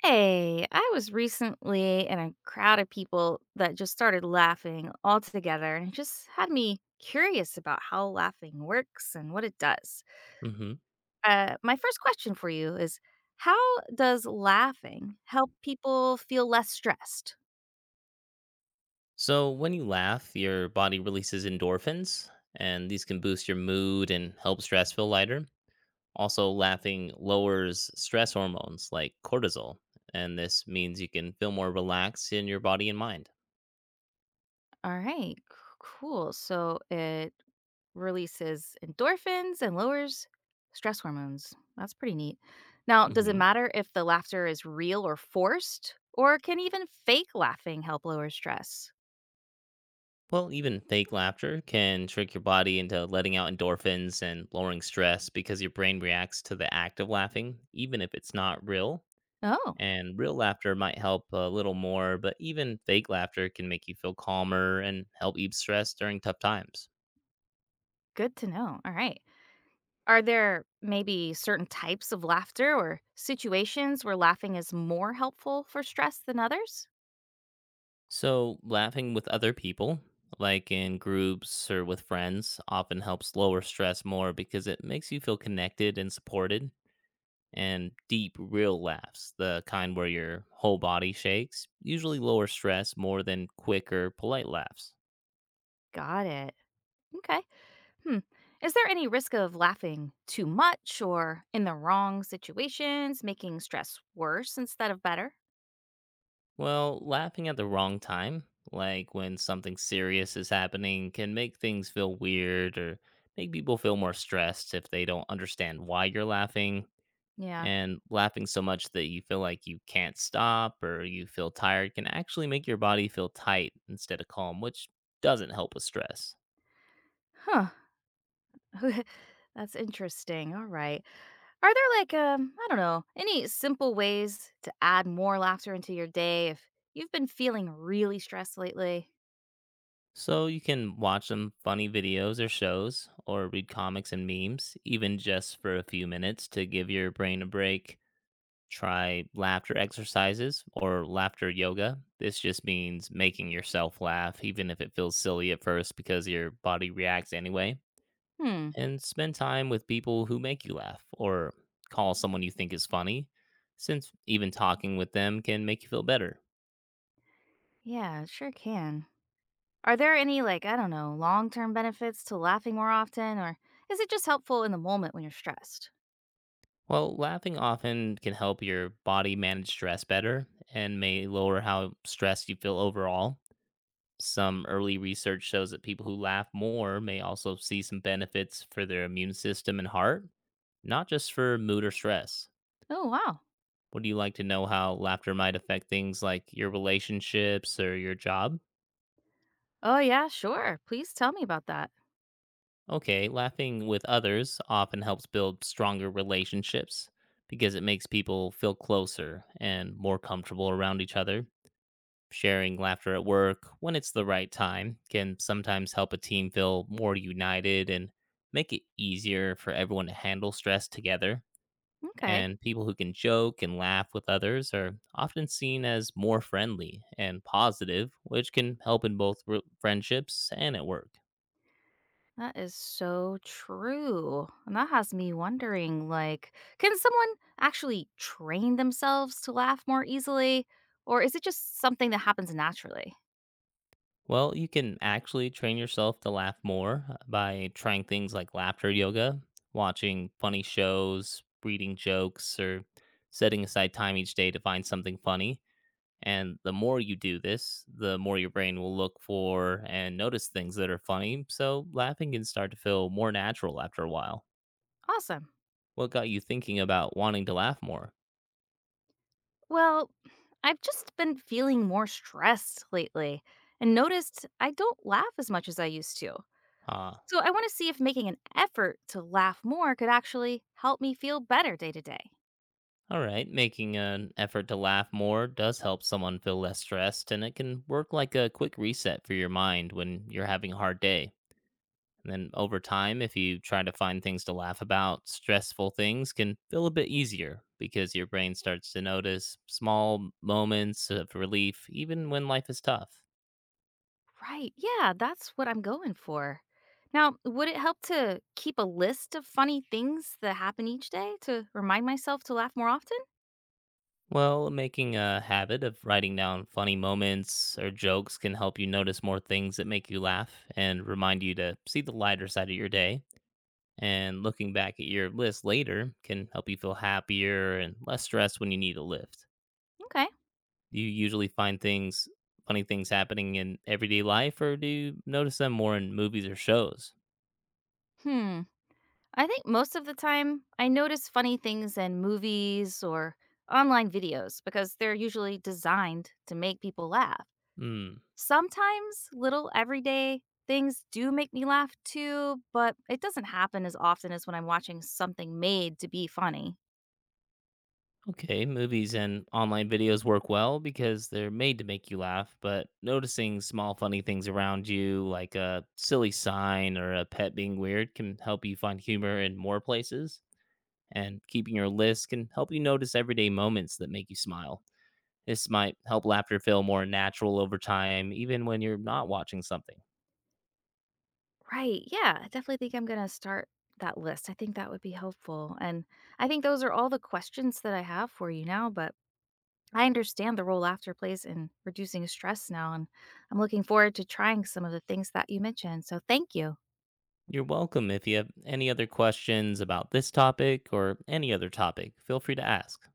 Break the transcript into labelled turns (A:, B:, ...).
A: Hey, I was recently in a crowd of people that just started laughing all together, and it just had me curious about how laughing works and what it does.
B: hmm
A: My first question for you is how does laughing help people feel less stressed?
B: So, when you laugh, your body releases endorphins, and these can boost your mood and help stress feel lighter. Also, laughing lowers stress hormones like cortisol, and this means you can feel more relaxed in your body and mind.
A: All right, cool. So it releases endorphins and lowers stress hormones. That's pretty neat. Now, does it
B: hmm
A: matter if the laughter is real or forced, or can even fake laughing help lower stress?
B: Well, even fake laughter can trick your body into letting out endorphins and lowering stress because your brain reacts to the act of laughing, even if it's not real.
A: Oh,
B: And real laughter might help a little more, but even fake laughter can make you feel calmer and help ease stress during tough times.
A: good to know. All right. Are there maybe certain types of laughter or situations where laughing is more helpful for stress than others?
B: So, laughing with other people, like in groups or with friends, often helps lower stress more because it makes you feel connected and supported. And deep, real laughs, the kind where your whole body shakes, usually lower stress more than quick or polite laughs.
A: Got it. Okay. Hmm. Is there any risk of laughing too much or in the wrong situations, making stress worse instead of better?
B: Well, laughing at the wrong time, like when something serious is happening, can make things feel weird or make people feel more stressed if they don't understand why you're laughing.
A: Yeah.
B: And laughing so much that you feel like you can't stop or you feel tired can actually make your body feel tight instead of calm, which doesn't help with stress.
A: Huh. That's interesting. All right. Are there like I don't know, any simple ways to add more laughter into your day if you've been feeling really stressed lately?
B: So you can watch some funny videos or shows or read comics and memes, even just for a few minutes to give your brain a break. Try laughter exercises or laughter yoga. This just means making yourself laugh, even if it feels silly at first because your body reacts anyway.
A: Hmm.
B: And spend time with people who make you laugh or call someone you think is funny, since even talking with them can make you feel better.
A: Yeah, it sure can. Are there any like, I don't know, long-term benefits to laughing more often or is it just helpful in the moment when you're stressed?
B: Well, laughing often can help your body manage stress better and may lower how stressed you feel overall. Some early research shows that people who laugh more may also see some benefits for their immune system and heart, not just for mood or stress.
A: Oh, wow.
B: Would you like to know how laughter might affect things like your relationships or your job?
A: Oh, yeah, sure. Please tell me about that.
B: Okay, laughing with others often helps build stronger relationships because it makes people feel closer and more comfortable around each other. Sharing laughter at work, when it's the right time, can sometimes help a team feel more united and make it easier for everyone to handle stress together.
A: Okay.
B: And people who can joke and laugh with others are often seen as more friendly and positive, which can help in both friendships and at work.
A: That is so true. And that has me wondering like, can someone actually train themselves to laugh more easily? Or is it just something that happens naturally?
B: Well, you can actually train yourself to laugh more by trying things like laughter yoga, watching funny shows, reading jokes, or setting aside time each day to find something funny. And the more you do this, the more your brain will look for and notice things that are funny. So laughing can start to feel more natural after a while.
A: Awesome.
B: What got you thinking about wanting to laugh more?
A: Well, I've just been feeling more stressed lately and noticed I don't laugh as much as I used to.
B: Uh,
A: So I want to see if making an effort to laugh more could actually help me feel better day to day.
B: All right, making an effort to laugh more does help someone feel less stressed, and it can work like a quick reset for your mind when you're having a hard day. And then over time, if you try to find things to laugh about, stressful things can feel a bit easier because your brain starts to notice small moments of relief, even when life is tough.
A: Right. Yeah, that's what I'm going for. Now, would it help to keep a list of funny things that happen each day to remind myself to laugh more often?
B: Well, making a habit of writing down funny moments or jokes can help you notice more things that make you laugh and remind you to see the lighter side of your day. And looking back at your list later can help you feel happier and less stressed when you need a lift.
A: Okay.
B: Do you usually find things, funny things happening in everyday life, or do you notice them more in movies or shows?
A: Hmm. I think most of the time I notice funny things in movies or online videos because they're usually designed to make people laugh.
B: Hmm.
A: Sometimes little everyday things do make me laugh too, but it doesn't happen as often as when I'm watching something made to be funny.
B: Okay, movies and online videos work well because they're made to make you laugh, but noticing small funny things around you, like a silly sign or a pet being weird, can help you find humor in more places. And keeping your list can help you notice everyday moments that make you smile. This might help laughter feel more natural over time, even when you're not watching something.
A: Right. Yeah. I definitely think I'm going to start that list. I think that would be helpful. And I think those are all the questions that I have for you now, but I understand the role laughter plays in reducing stress now. And I'm looking forward to trying some of the things that you mentioned. So thank you.
B: You're welcome. If you have any other questions about this topic or any other topic, feel free to ask.